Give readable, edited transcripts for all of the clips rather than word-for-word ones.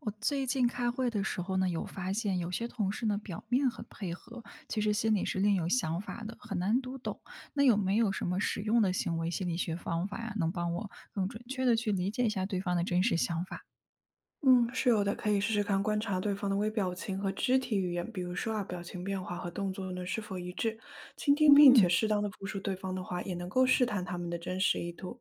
我最近开会的时候呢，有发现有些同事呢表面很配合，其实心里是另有想法的，很难读懂。那有没有什么实用的行为心理学方法呀，能帮我更准确的去理解一下对方的真实想法？嗯，是有的，可以试试看观察对方的微表情和肢体语言，比如说啊，表情变化和动作呢是否一致。倾听并嗯。且适当的复述对方的话，也能够试探他们的真实意图。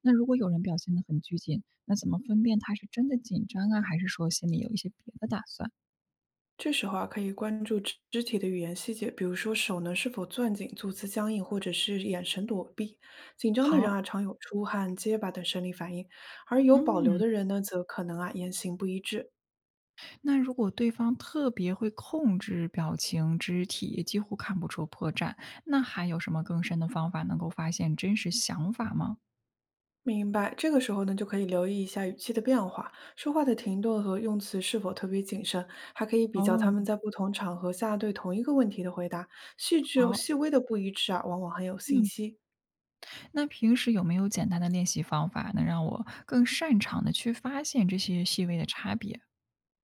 那如果有人表现的很拘谨，那怎么分辨他是真的紧张啊，还是说心里有一些别的打算？这时候啊，可以关注肢体的语言细节，比如说手呢是否攥紧、坐姿僵硬，或者是眼神躲避。紧张的人好。啊，常有出汗、结巴等生理反应，而有保留嗯。的人呢，则可能啊言行不一致。那如果对方特别会控制表情、肢体，几乎看不出破绽，那还有什么更深的方法能够发现真实想法吗？明白，这个时候呢，就可以留意一下语气的变化，说话的停顿和用词是否特别谨慎，还可以比较他哦。们在不同场合下对同一个问题的回答，细致好。细微的不一致啊，往往很有信嗯。息。那平时有没有简单的练习方法，能让我更擅长的去发现这些细微的差别？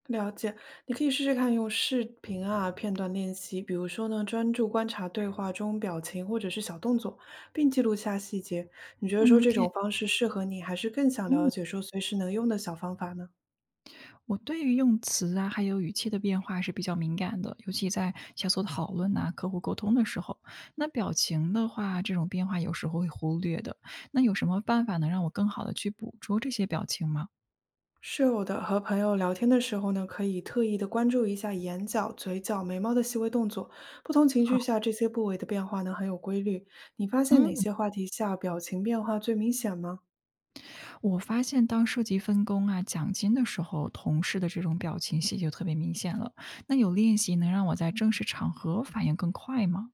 了解，你可以试试看用视频啊片段练习，比如说呢，专注观察对话中表情或者是小动作，并记录下细节。你觉嗯得说这种，OK。方式适合你，还是更想了嗯。解说随时能用的小方法呢？我对于用词啊，还有语气的变化是比较敏感的，尤其在小组讨论呐、客户沟通的时候。那表情的话，这种变化有时候会忽略的。那有什么办法能让我更好的去捕捉这些表情吗？是有的，和朋友聊天的时候呢，可以特意的关注一下眼角、嘴角、眉毛的细微动作，不同情好。绪下这些部位的变化呢很有规律。你发现哪嗯，些话题下表情变化最明显吗？我发现当涉及分工啊、奖金的时候，同事的这种表情戏就特别明显了。那有练习能让我在正式场合反应更快吗？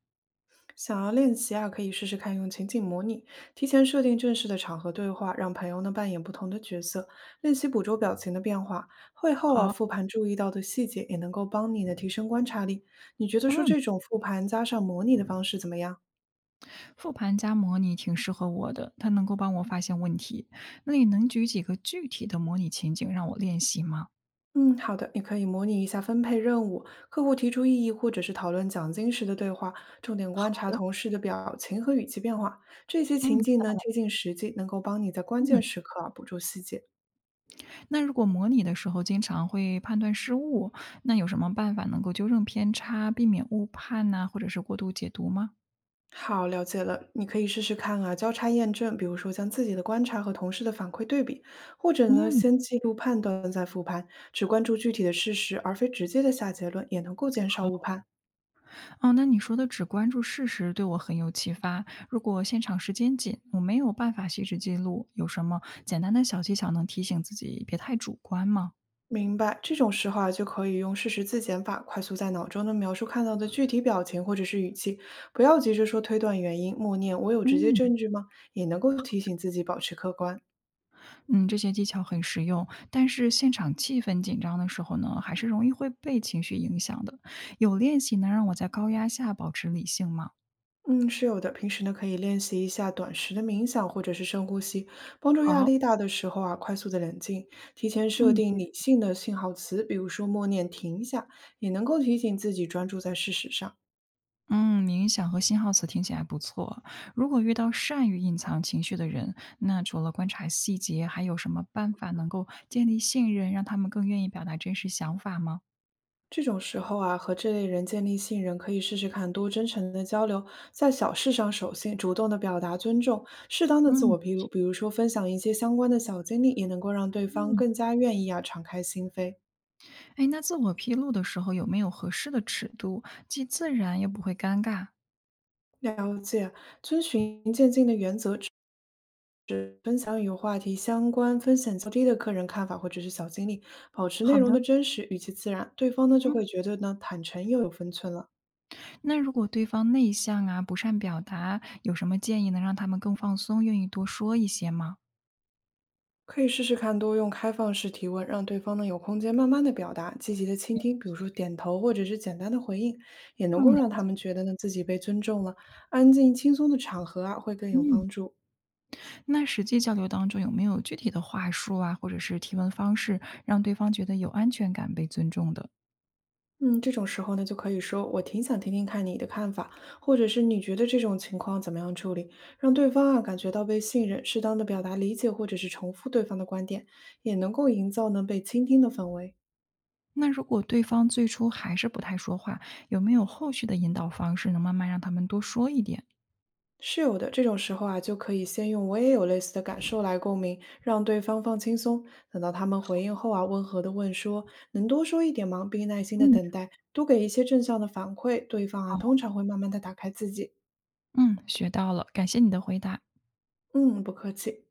想要练习啊，可以试试看用情景模拟，提前设定正式的场合对话，让朋友呢扮演不同的角色，练习捕捉表情的变化。会后啊，好。复盘注意到的细节也能够帮你呢提升观察力。你觉得说嗯。这种复盘加上模拟的方式怎么样啊？复盘加模拟挺适合我的，它能够帮我发现问题。那你能举几个具体的模拟情景让我练习吗？嗯，好的，你可以模拟一下分配任务，客户提出异议或者是讨论奖金时的对话，重点好观察的。同事的表情和语气变化，这些嗯情境呢贴近实际，能够帮你在关键嗯，时刻啊捕捉细节。那如果模拟的时候经常会判断失误，那有什么办法能够纠正偏差，避免误判呐、或者是过度解读吗？好，了解了，你可以试试看啊，交叉验证，比如说将自己的观察和同事的反馈对比，或者呢嗯，先记录判断再复盘，只关注具体的事实而非直接的下结论，也能够减少误好判。哦。那你说的只关注事实对我很有启发。如果现场时间紧，我没有办法细致记录，有什么简单的小技巧能提醒自己别太主观吗？明白，这种时候啊，就可以用事实自检法，快速在脑中呢描述看到的具体表情或者是语气，不要急着说推断原因，默念“我有直接嗯。证据吗”，也能够提醒自己保持客观。嗯，这些技巧很实用，但是现场气氛紧张的时候呢，还是容易会被情绪影响的。有练习能让我在高压下保持理性吗？嗯，是有的。平时呢，可以练习一下短时的冥想或者是深呼吸，帮助压好。力大的时候啊，快速的冷静。提前设嗯，定其实理性的信号词，比如说默念“停一下”，也能够提醒自己专注在事实上。嗯，冥想和信号词听起来不错。如果遇到善于隐藏情绪的人，那除了观察细节，还有什么办法能够建立信任，让他们更愿意表达真实想法吗？这种时候啊，和这类人建立信任，可以试试看多真诚的交流，在小事上守信，主动的表达尊重，适当的自我嗯披露，比如说分享一些相关的小经历，也能够让对方嗯，更加愿意啊敞开心扉。哎，那自我披露的时候有没有合适的尺度，既自然又不会尴尬？了解啊，遵循渐进的原则，只分享与话题相关、风险较低的个人看法或者是小经历，保持内好容的。的真实，语气自然，对方呢就嗯。会觉得呢坦诚又有分寸了。那如果对方内向啊，不善表达，有什么建议能让他们更放松，愿意多说一些吗？可以试试看多用开放式提问，让对方呢有空间慢慢的表达，积极的倾听，比如说点头或者是简单的回应，也能嗯，够了让他解。们觉得呢自己被尊重了。安静轻松的场合啊，会更有嗯。帮助。那实际交流当中有没有具体的话术啊，或者是提问方式，让对方觉得有安全感、被尊重的？嗯，这种时候呢，就可以说我挺想听听看你的看法，或者是你觉得这种情况怎么样处理，让对方啊感觉到被信任，适当的表达理解或者是重复对方的观点，也能够营造呢被倾听的氛围。那如果对方最初还是不太说话，有没有后续的引导方式，能慢慢让他们多说一点？是有的，这种时候啊，就可以先用“我也有类似的感受”来共鸣，让对方放轻松。等到他们回应后啊，温和的问说：“能多说一点吗？”并耐心的嗯，等待，多给一些正向的反馈，对方啊，通好。常会慢慢的打开自己。嗯，学到了，感谢你的回答。嗯，不客气。